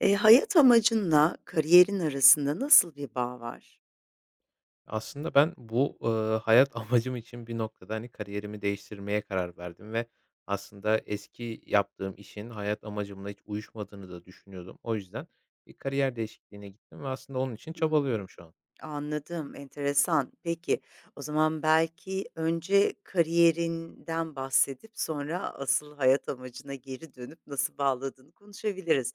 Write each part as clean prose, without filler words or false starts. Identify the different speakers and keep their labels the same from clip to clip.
Speaker 1: Hayat amacınla kariyerin arasında nasıl bir bağ var?
Speaker 2: Aslında ben hayat amacım için bir noktada, hani, kariyerimi değiştirmeye karar verdim ve aslında eski yaptığım işin hayat amacımla hiç uyuşmadığını da düşünüyordum. O yüzden bir kariyer değişikliğine gittim ve aslında onun için
Speaker 1: Hımm,
Speaker 2: çabalıyorum şu an.
Speaker 1: anladım, enteresan. Peki, o zaman belki önce kariyerinden bahsedip sonra asıl hayat amacına geri dönüp nasıl bağladığını konuşabiliriz.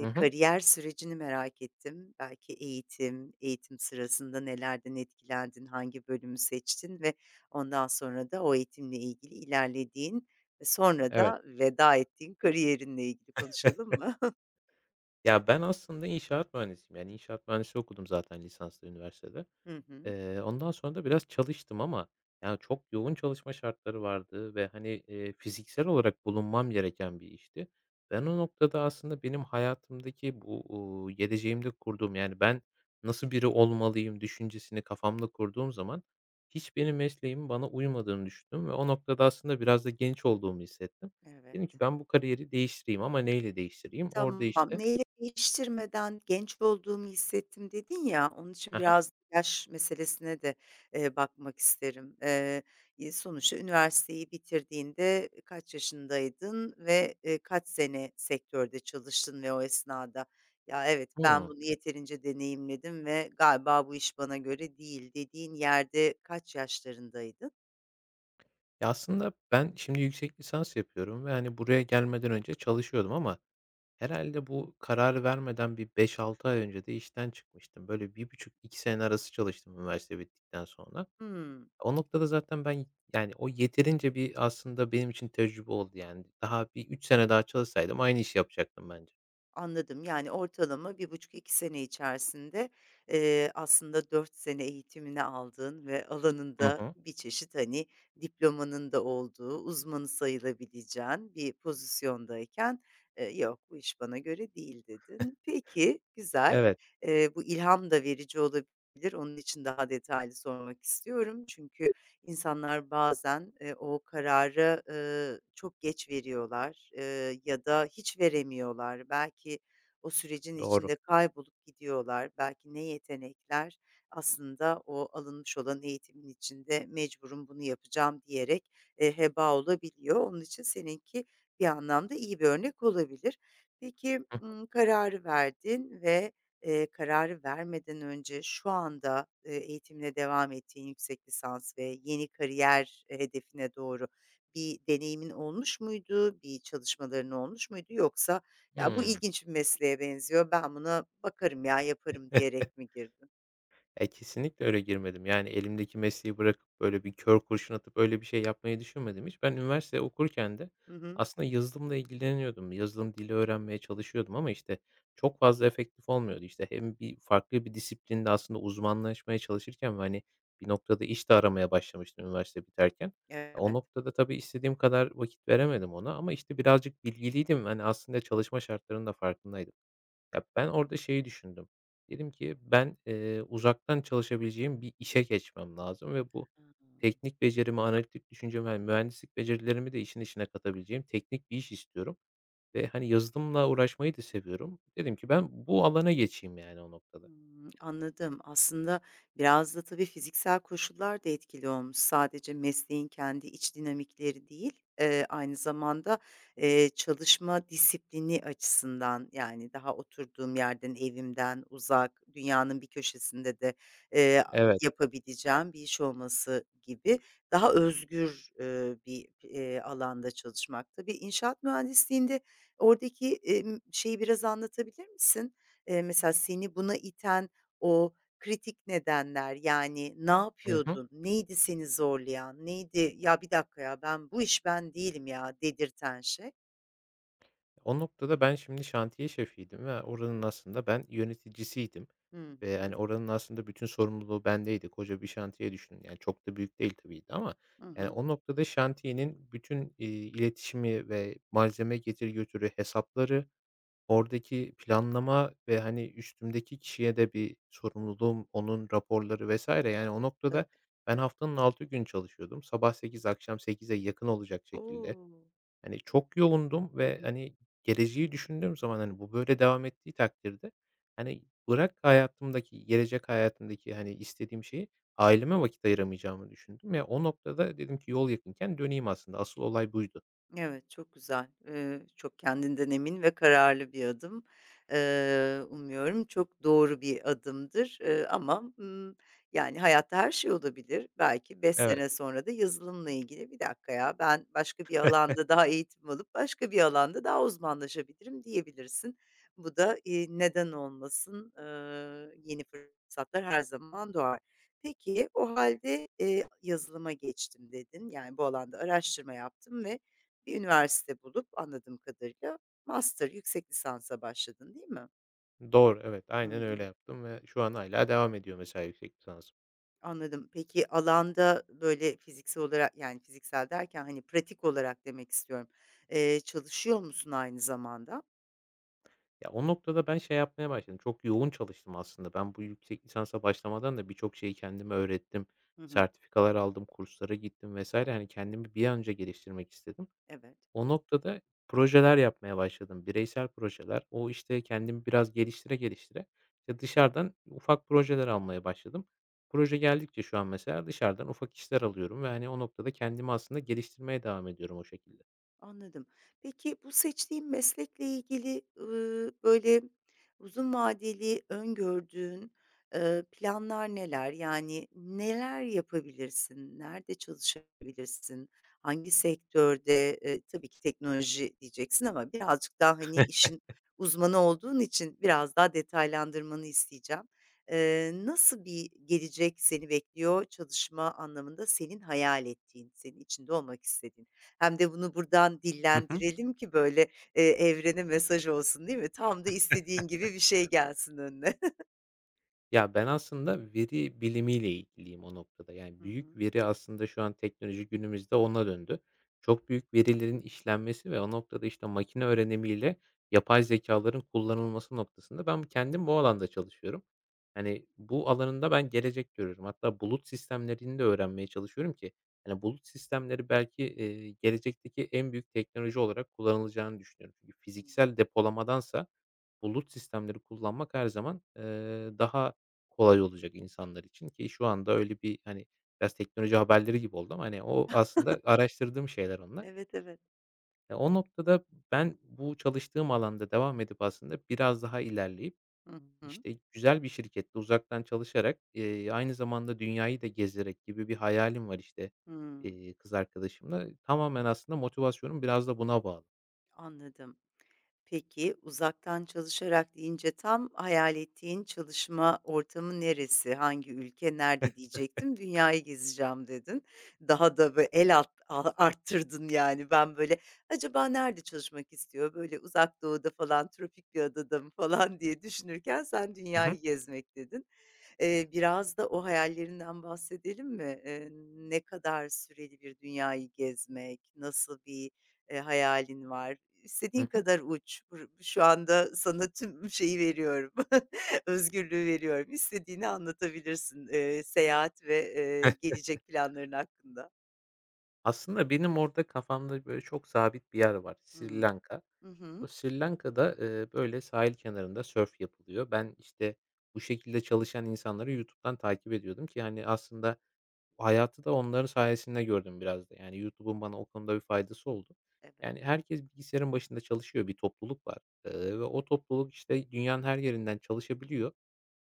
Speaker 2: Hı hı.
Speaker 1: Kariyer sürecini merak ettim. Belki eğitim sırasında nelerden etkilendin, hangi bölümü seçtin ve ondan sonra da o eğitimle ilgili ilerlediğin ve sonra
Speaker 2: Evet.
Speaker 1: da veda ettiğin kariyerinle ilgili konuşalım mı?
Speaker 2: Ya, ben aslında inşaat mühendisiyim. Yani, inşaat mühendisliği okudum zaten lisanslı üniversitede.
Speaker 1: Hı hı.
Speaker 2: Ondan sonra da biraz çalıştım ama, yani, çok yoğun çalışma şartları vardı ve, hani, fiziksel olarak bulunmam gereken bir işti. Ben o noktada aslında benim hayatımdaki bu, geleceğimde kurduğum, yani, ben nasıl biri olmalıyım düşüncesini kafamda kurduğum zaman hiç benim mesleğimin bana uymadığını düşündüm ve o noktada aslında biraz da genç olduğumu hissettim. Dedim ki
Speaker 1: Evet.
Speaker 2: ben bu kariyeri değiştireyim ama neyle değiştireyim? Orada,
Speaker 1: Tamam.
Speaker 2: işte.
Speaker 1: "Neyle değiştirmeden genç olduğumu hissettim." dedin ya, onun
Speaker 2: Hı
Speaker 1: için
Speaker 2: hı.
Speaker 1: biraz yaş meselesine de, bakmak isterim. Sonuçta üniversiteyi bitirdiğinde kaç yaşındaydın ve, kaç sene sektörde çalıştın ve o esnada, "Ya, evet, ben bunu yeterince deneyimledim ve galiba bu iş bana göre değil." dediğin yerde kaç yaşlarındaydın?
Speaker 2: Ya, aslında ben şimdi yüksek lisans yapıyorum ve, hani, buraya gelmeden önce çalışıyordum ama herhalde bu kararı vermeden bir beş altı ay önce de işten çıkmıştım. Böyle bir buçuk iki sene arası çalıştım üniversite bittikten sonra.
Speaker 1: Hımm.
Speaker 2: O noktada zaten ben, yani, o yeterince bir aslında benim için tecrübe oldu, yani. Daha bir 3 sene daha çalışsaydım aynı işi yapacaktım bence.
Speaker 1: Anladım. Yani ortalama bir buçuk iki sene içerisinde, aslında 4 sene eğitimini aldığın ve
Speaker 2: Hı
Speaker 1: alanında
Speaker 2: hı.
Speaker 1: bir çeşit, hani, diplomanın da olduğu, uzmanı sayılabileceğin bir pozisyondayken, "Yok, bu iş bana göre değil." dedin. Peki, güzel.
Speaker 2: Evet,
Speaker 1: Bu ilham da verici olabilir. Onun için daha detaylı sormak istiyorum. Çünkü İnsanlar bazen, o kararı, çok geç veriyorlar, ya da hiç veremiyorlar. Belki o sürecin
Speaker 2: doğru.
Speaker 1: içinde kaybolup gidiyorlar. Belki ne yetenekler aslında o alınmış olan eğitimin içinde mecburum bunu yapacağım diyerek, heba olabiliyor. Onun için seninki bir anlamda iyi bir örnek olabilir. Peki,
Speaker 2: Hı
Speaker 1: kararı verdin ve, kararı vermeden önce şu anda, eğitimine devam ettiğin yüksek lisans ve yeni kariyer, hedefine doğru bir deneyimin olmuş muydu? Bir çalışmaların olmuş muydu? Yoksa, "Ya, bu
Speaker 2: hı.
Speaker 1: ilginç bir mesleğe benziyor, ben buna bakarım ya, yaparım." diyerek mi girdin?
Speaker 2: E, kesinlikle öyle girmedim. Yani elimdeki mesleği bırakıp, böyle, bir kör kurşun atıp öyle bir şey yapmayı düşünmedim hiç. Ben üniversite okurken de
Speaker 1: Hı hı.
Speaker 2: aslında yazılımla ilgileniyordum. Yazılım dili öğrenmeye çalışıyordum ama, işte, çok fazla efektif olmuyordu. İşte, hem bir farklı bir disiplinde aslında uzmanlaşmaya çalışırken ve, hani, bir noktada iş de aramaya başlamıştım üniversite biterken. E, o
Speaker 1: Evet.
Speaker 2: noktada tabii istediğim kadar vakit veremedim ona ama, işte, birazcık bilgiliydim. Hani, aslında çalışma şartlarının da farkındaydım. Ya, ben orada şeyi düşündüm. Dedim ki ben, uzaktan çalışabileceğim bir işe geçmem lazım ve bu
Speaker 1: Hımm.
Speaker 2: teknik becerimi, analitik düşüncemi, hani, mühendislik becerilerimi de işin içine katabileceğim teknik bir iş istiyorum ve, hani, yazılımla uğraşmayı da seviyorum. Dedim ki ben bu alana geçeyim yani o noktada.
Speaker 1: Hımm, anladım. Aslında biraz da tabii fiziksel koşullar da etkili olmuş. Sadece mesleğin kendi iç dinamikleri değil, aynı zamanda, çalışma disiplini açısından, yani, daha oturduğum yerden, evimden uzak, dünyanın bir köşesinde de, eee,
Speaker 2: Evet.
Speaker 1: yapabileceğim bir iş olması gibi daha özgür, bir, alanda çalışmak. Tabii inşaat mühendisliğinde oradaki, şeyi biraz anlatabilir misin? Mesela seni buna iten o kritik nedenler, yani, ne
Speaker 2: Hı hı.
Speaker 1: yapıyordun, neydi seni zorlayan, neydi, "Ya, bir dakika ya, ben bu iş ben değilim ya." dedirten şey?
Speaker 2: O noktada ben şimdi şantiye şefiydim ve oranın aslında ben yöneticisiydim
Speaker 1: Hı
Speaker 2: ve, yani
Speaker 1: hı.
Speaker 2: oranın aslında bütün sorumluluğu bendeydi. Koca bir şantiye düşünün, yani, çok da büyük değil tabii ki ama,
Speaker 1: Hı
Speaker 2: yani,
Speaker 1: hı.
Speaker 2: o noktada şantiyenin bütün, iletişimi ve malzeme getir götürü hesapları, oradaki planlama ve, hani, üstümdeki kişiye de bir sorumluluğum, onun raporları vesaire yani, o noktada
Speaker 1: Tabii.
Speaker 2: ben haftanın 6 gün çalışıyordum. Sabah 8 akşam sekize yakın olacak şekilde.
Speaker 1: O!
Speaker 2: Hani, çok yoğundum
Speaker 1: Hı
Speaker 2: ve,
Speaker 1: hı.
Speaker 2: hani, geleceği düşündüğüm zaman, hani, bu böyle devam ettiği takdirde, hani, bırak hayatımdaki, gelecek hayatımdaki, hani, istediğim şeyi, aileme vakit ayıramayacağımı düşündüm. Ya, o noktada dedim ki yol yakınken döneyim aslında. Asıl olay buydu.
Speaker 1: Evet, çok güzel. Çok kendinden emin ve kararlı bir adım. Umuyorum çok doğru bir adımdır, ama, yani, hayatta her şey olabilir. Belki 5
Speaker 2: Evet,
Speaker 1: sene sonra da yazılımla ilgili, "Bir dakika ya, ben başka bir alanda daha eğitim alıp başka bir alanda daha uzmanlaşabilirim." diyebilirsin. Bu da, neden olmasın, yeni fırsatlar her zaman doğar. Peki, o halde "Yazılıma geçtim." dedin, yani, bu alanda araştırma yaptım ve bir üniversite bulup anladığım kadarıyla master, yüksek lisansa başladın, değil mi?
Speaker 2: doğru, evet,
Speaker 1: Hı
Speaker 2: aynen öyle
Speaker 1: hı.
Speaker 2: yaptım ve şu an hâlâ devam ediyor mesela yüksek lisansım.
Speaker 1: Anladım. Peki alanda, böyle, fiziksel olarak, yani, fiziksel derken, hani, pratik olarak demek istiyorum. Çalışıyor musun aynı zamanda?
Speaker 2: Ya, o noktada ben şey yapmaya başladım, çok yoğun çalıştım aslında. Ben bu yüksek lisansa başlamadan da birçok şeyi kendime öğrettim.
Speaker 1: Hı hı.
Speaker 2: Sertifikalar aldım, kurslara gittim vesaire. Hani kendimi bir an önce geliştirmek istedim.
Speaker 1: Evet.
Speaker 2: O noktada projeler yapmaya başladım, bireysel projeler. O, işte, kendimi biraz geliştire geliştire, işte, dışarıdan ufak projeler almaya başladım. Proje geldikçe şu an mesela dışarıdan ufak işler alıyorum ve, hani, o noktada kendimi aslında geliştirmeye devam ediyorum o şekilde.
Speaker 1: Anladım. Peki bu seçtiğin meslekle ilgili, böyle, uzun vadeli öngördüğün, planlar neler? Yani neler yapabilirsin? Nerede çalışabilirsin? Hangi sektörde? Tabii ki teknoloji diyeceksin ama birazcık daha, hani, işin uzmanı olduğun için biraz daha detaylandırmanı isteyeceğim. Nasıl bir gelecek seni bekliyor çalışma anlamında senin hayal ettiğin, senin içinde olmak istediğin? Hem de bunu buradan
Speaker 2: Hı hı.
Speaker 1: dillendirelim ki böyle, evrene mesaj olsun, değil mi? Tam da istediğin gibi bir şey gelsin önüne.
Speaker 2: Ya, ben aslında veri bilimiyle ilgiliyim o noktada. Yani,
Speaker 1: Hı
Speaker 2: büyük
Speaker 1: hı.
Speaker 2: veri aslında şu an teknoloji günümüzde ona döndü. Çok büyük verilerin işlenmesi ve o noktada, işte, makine öğrenimiyle yapay zekaların kullanılması noktasında ben kendim bu alanda çalışıyorum. Hani, bu alanında ben gelecek görüyorum. Hatta bulut sistemlerini de öğrenmeye çalışıyorum ki, hani, bulut sistemleri belki, gelecekteki en büyük teknoloji olarak kullanılacağını düşünüyorum. Çünkü
Speaker 1: Hımm.
Speaker 2: fiziksel depolamadansa bulut sistemleri kullanmak her zaman, daha kolay olacak insanlar için ki şu anda öyle bir, hani, biraz teknoloji haberleri gibi oldu ama, hani, o aslında araştırdığım şeyler onlar.
Speaker 1: Evet, evet.
Speaker 2: Ya, o noktada ben bu çalıştığım alanda devam edip aslında biraz daha ilerleyip,
Speaker 1: Hı hı.
Speaker 2: işte, güzel bir şirkette uzaktan çalışarak, aynı zamanda dünyayı da gezerek gibi bir hayalim var, işte,
Speaker 1: Hımm.
Speaker 2: kız arkadaşımla. Tamamen aslında motivasyonum biraz da buna bağlı.
Speaker 1: Anladım. Peki, uzaktan çalışarak deyince tam hayal ettiğin çalışma ortamı neresi, hangi ülke, nerede diyecektim. Dünyayı gezeceğim dedin. Daha da böyle arttırdın yani. Ben böyle acaba nerede çalışmak istiyor? Böyle uzak doğuda falan, tropik bir adada mı falan diye düşünürken sen
Speaker 2: Hı hı.
Speaker 1: dünyayı gezmek dedin. Biraz da o hayallerinden bahsedelim mi? Ne kadar süreli bir dünyayı gezmek, nasıl bir, hayalin var? İstediğin
Speaker 2: Hı hı.
Speaker 1: kadar uç. Bur şu anda sana tüm şeyi veriyorum, özgürlüğü veriyorum. İstediğini anlatabilirsin, seyahat ve, gelecek planların hakkında.
Speaker 2: Aslında benim orada kafamda, böyle, çok sabit bir yer var: Sri
Speaker 1: Hımm.
Speaker 2: Lanka.
Speaker 1: Hı
Speaker 2: O
Speaker 1: hı.
Speaker 2: Sri Lanka'da, böyle, sahil kenarında sörf yapılıyor. Ben, işte, bu şekilde çalışan insanları YouTube'dan takip ediyordum ki, hani, aslında hayatı da onların sayesinde gördüm biraz da. Yani, YouTube'un bana o konuda bir faydası oldu.
Speaker 1: Evet.
Speaker 2: Yani, herkes bilgisayarın başında çalışıyor, bir topluluk var, ve o topluluk, işte, dünyanın her yerinden çalışabiliyor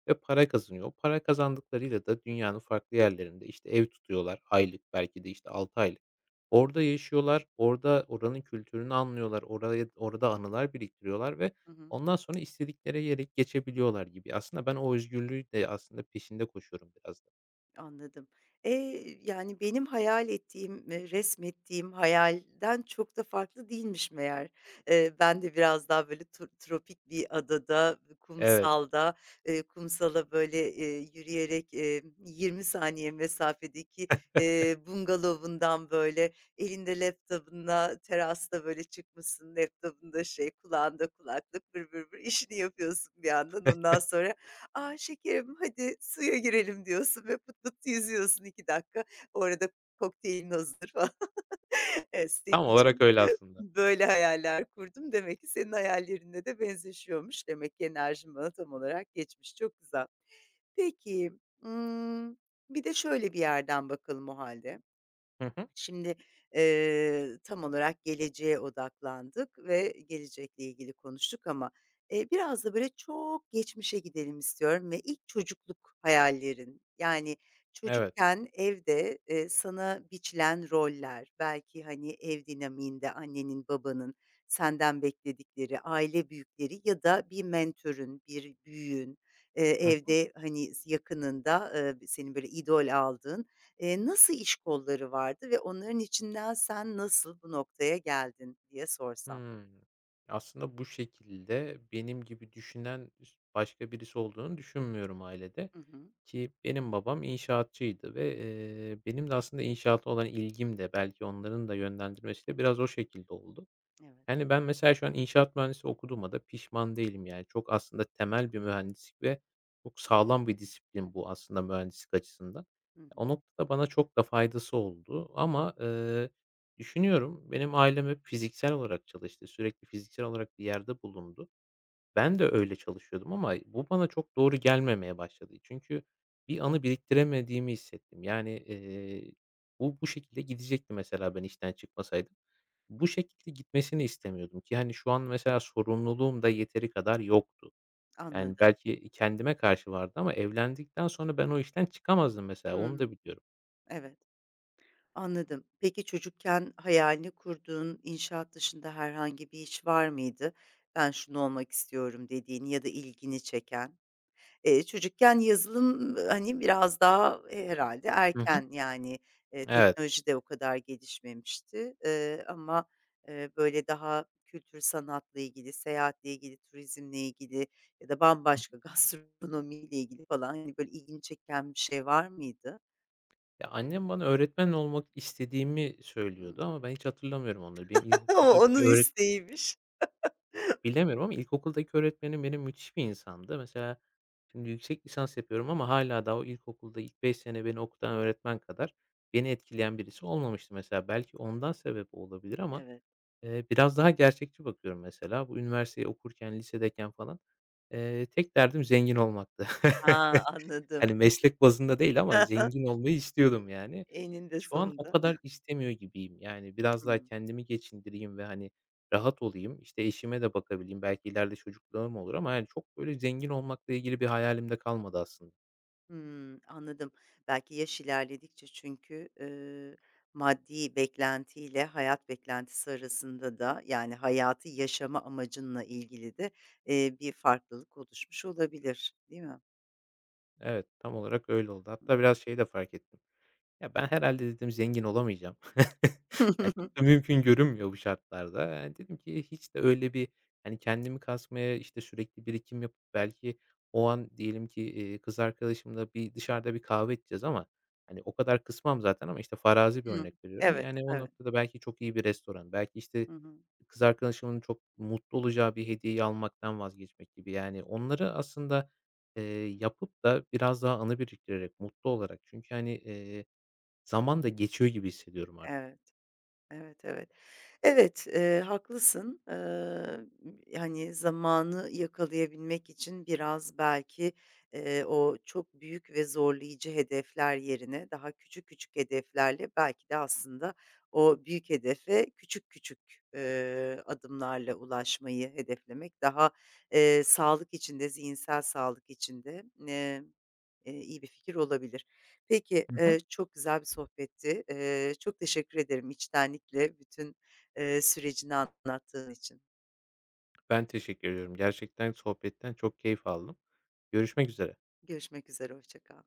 Speaker 2: ve para kazanıyor. O para kazandıklarıyla da dünyanın farklı yerlerinde, işte, ev tutuyorlar aylık, belki de, işte, 6 aylık. Orada yaşıyorlar, orada oranın kültürünü anlıyorlar, oraya orada anılar biriktiriyorlar ve
Speaker 1: Hı hı.
Speaker 2: ondan sonra istedikleri yere geçebiliyorlar gibi. Aslında ben o özgürlüğü de aslında peşinde koşuyorum biraz da.
Speaker 1: Anladım. Yani, benim hayal ettiğim, resmettiğim hayalden çok da farklı değilmiş meğer. Ben de biraz daha, böyle, tropik bir adada,
Speaker 2: Evet,
Speaker 1: kumsalda, kumsala, böyle, yürüyerek, 20 saniye mesafedeki, bungalovundan, böyle, elinde laptopunda, terasta, böyle, çıkmışsın, laptop'unda şey, kulağında kulaklık, vır vır vır işini yapıyorsun bir yandan. Ondan sonra "A, şekerim, hadi suya girelim." diyorsun ve pıt pıt yüzüyorsun 2 dakika. O arada kokteylin hazır falan. Evet, senin
Speaker 2: tam olarak
Speaker 1: için
Speaker 2: öyle aslında.
Speaker 1: böyle hayaller kurdum. Demek ki senin hayallerinde de benzeşiyormuş. Demek ki enerjin bana tam olarak geçmiş. Çok güzel. Peki, ımm, bir de şöyle bir yerden bakalım o hâlde.
Speaker 2: Hı hı.
Speaker 1: Şimdi, tam olarak geleceğe odaklandık ve gelecekle ilgili konuştuk ama, biraz da böyle çok geçmişe gidelim istiyorum ve ilk çocukluk hayallerin, yani,
Speaker 2: Evet.
Speaker 1: çocukken evde, sana biçilen roller, belki, hani, ev dinamiğinde annenin, babanın senden bekledikleri, aile büyükleri ya da bir mentörün, bir büyüğün,
Speaker 2: Hı hı.
Speaker 1: evde, hani, yakınında, senin böyle idol aldığın nasıl iş kolları vardı ve onların içinden sen nasıl bu noktaya geldin diye sorsam?
Speaker 2: Hımm. Aslında bu şekilde benim gibi düşünen başka birisi olduğunu düşünmüyorum ailede.
Speaker 1: Hı hı.
Speaker 2: Ki benim babam inşaatçıydı ve, benim de aslında inşaata olan ilgim de belki onların da yönlendirmesiyle biraz o şekilde oldu.
Speaker 1: Evet.
Speaker 2: Yani, ben mesela şu an inşaat mühendisi okuduğuma da pişman değilim. Yani, çok aslında temel bir mühendislik ve çok sağlam bir disiplin bu aslında mühendislik açısından.
Speaker 1: Hı
Speaker 2: O
Speaker 1: hı.
Speaker 2: noktada bana çok da faydası oldu ama, düşünüyorum, benim ailem hep fiziksel olarak çalıştı. Sürekli fiziksel olarak bir yerde bulundu. Ben de öyle çalışıyordum ama bu bana çok doğru gelmemeye başladı. Çünkü bir anı biriktiremediğimi hissettim. Yani, bu şekilde gidecekti mesela ben işten çıkmasaydım. Bu şekilde gitmesini istemiyordum ki hani şu an mesela sorumluluğum da yeteri kadar yoktu. Yani
Speaker 1: Anladım.
Speaker 2: belki kendime karşı vardı ama evlendikten sonra ben o işten çıkamazdım mesela onu da
Speaker 1: Hımm.
Speaker 2: biliyorum.
Speaker 1: Evet, anladım. Peki çocukken hayalini kurduğun inşaat dışında herhangi bir iş var mıydı? Ben şunu olmak istiyorum dediğin ya da ilgini çeken? Çocukken yazılım, hani, biraz daha, herhâlde
Speaker 2: Hı hı.
Speaker 1: erken, yani,
Speaker 2: Evet.
Speaker 1: teknoloji de o kadar gelişmemişti. Ama, böyle daha kültür sanatla ilgili, seyahatle ilgili, turizmle ilgili ya da bambaşka gastronomiyle ilgili falan, hani, böyle ilgini çeken bir şey var mıydı?
Speaker 2: Ya, annem bana öğretmen olmak istediğimi söylüyordu
Speaker 1: Hımm.
Speaker 2: ama ben hiç hatırlamıyorum onları. Benim
Speaker 1: O
Speaker 2: ilkokuldaki
Speaker 1: onun
Speaker 2: öğre
Speaker 1: isteğiymiş.
Speaker 2: Yok, bilemiyorum ama ilkokuldaki öğretmenim benim müthiş bir insandı. Mesela şimdi yüksek lisans yapıyorum ama hâlâ daha o ilkokulda ilk 5 sene beni okutan öğretmen kadar beni etkileyen birisi olmamıştı mesela. Belki ondan sebep olabilir ama,
Speaker 1: Evet.
Speaker 2: biraz daha gerçekçi bakıyorum mesela. Bu üniversiteyi okurken, lisedeyken falan, tek derdim zengin olmaktı.
Speaker 1: A,
Speaker 2: Hani,
Speaker 1: anladım.
Speaker 2: meslek bazında değil ama zengin olmayı istiyordum yani.
Speaker 1: Eninde
Speaker 2: Şu an o
Speaker 1: sonunda.
Speaker 2: kadar istemiyor gibiyim. Yani, biraz daha
Speaker 1: Hıı.
Speaker 2: kendimi geçindireyim ve, hani, rahat olayım, işte, eşime de bakabileyim, belki ileride çocuklarım olur ama, yani, çok, böyle, zengin olmakla ilgili bir hayalim de kalmadı aslında.
Speaker 1: Hımm, anladım. Belki yaş ilerledikçe çünkü, maddi beklentiyle hayat beklentisi arasında da, yani, hayatı yaşama amacınla ilgili de, bir farklılık oluşmuş olabilir, değil mi?
Speaker 2: Evet, tam olarak öyle oldu. Hatta
Speaker 1: Hımm.
Speaker 2: biraz şey de fark ettim. Ya, ben herhalde dedim zengin olamayacağım. Ya, çok da mümkün görünmüyor bu şartlarda. Yani, dedim ki hiç de öyle bir, hani, kendimi kasmaya, işte, sürekli birikim yapıp belki o an diyelim ki, kız arkadaşımla bir dışarıda bir kahve içeceğiz ama, hani, o kadar kısmam zaten ama, işte, farazi bir
Speaker 1: Hı.
Speaker 2: örnek veriyorum.
Speaker 1: Evet,
Speaker 2: Yani, o
Speaker 1: evet.
Speaker 2: noktada belki çok iyi bir restoran, belki, işte,
Speaker 1: Hı hı.
Speaker 2: kız arkadaşımın çok mutlu olacağı bir hediyeyi almaktan vazgeçmek gibi. Yani, onları aslında, yapıp da biraz daha anı biriktirerek, mutlu olarak çünkü, hani, zaman da geçiyor gibi hissediyorum artık.
Speaker 1: Evet. Evet, evet. Evet, haklısın. M hani, zamanı yakalayabilmek için biraz belki, o çok büyük ve zorlayıcı hedefler yerine daha küçük küçük hedeflerle belki de aslında o büyük hedefe küçük küçük, adımlarla ulaşmayı hedeflemek daha, sağlık içinde zihinsel sağlık içinde eee, iyi bir fikir olabilir. Peki,
Speaker 2: Hı hı.
Speaker 1: çok güzel bir sohbetti. Çok teşekkür ederim içtenlikle bütün, sürecini anlattığın için.
Speaker 2: Ben teşekkür ediyorum. Gerçekten sohbetten çok keyif aldım. Görüşmek üzere.
Speaker 1: Görüşmek üzere, hoşça kal.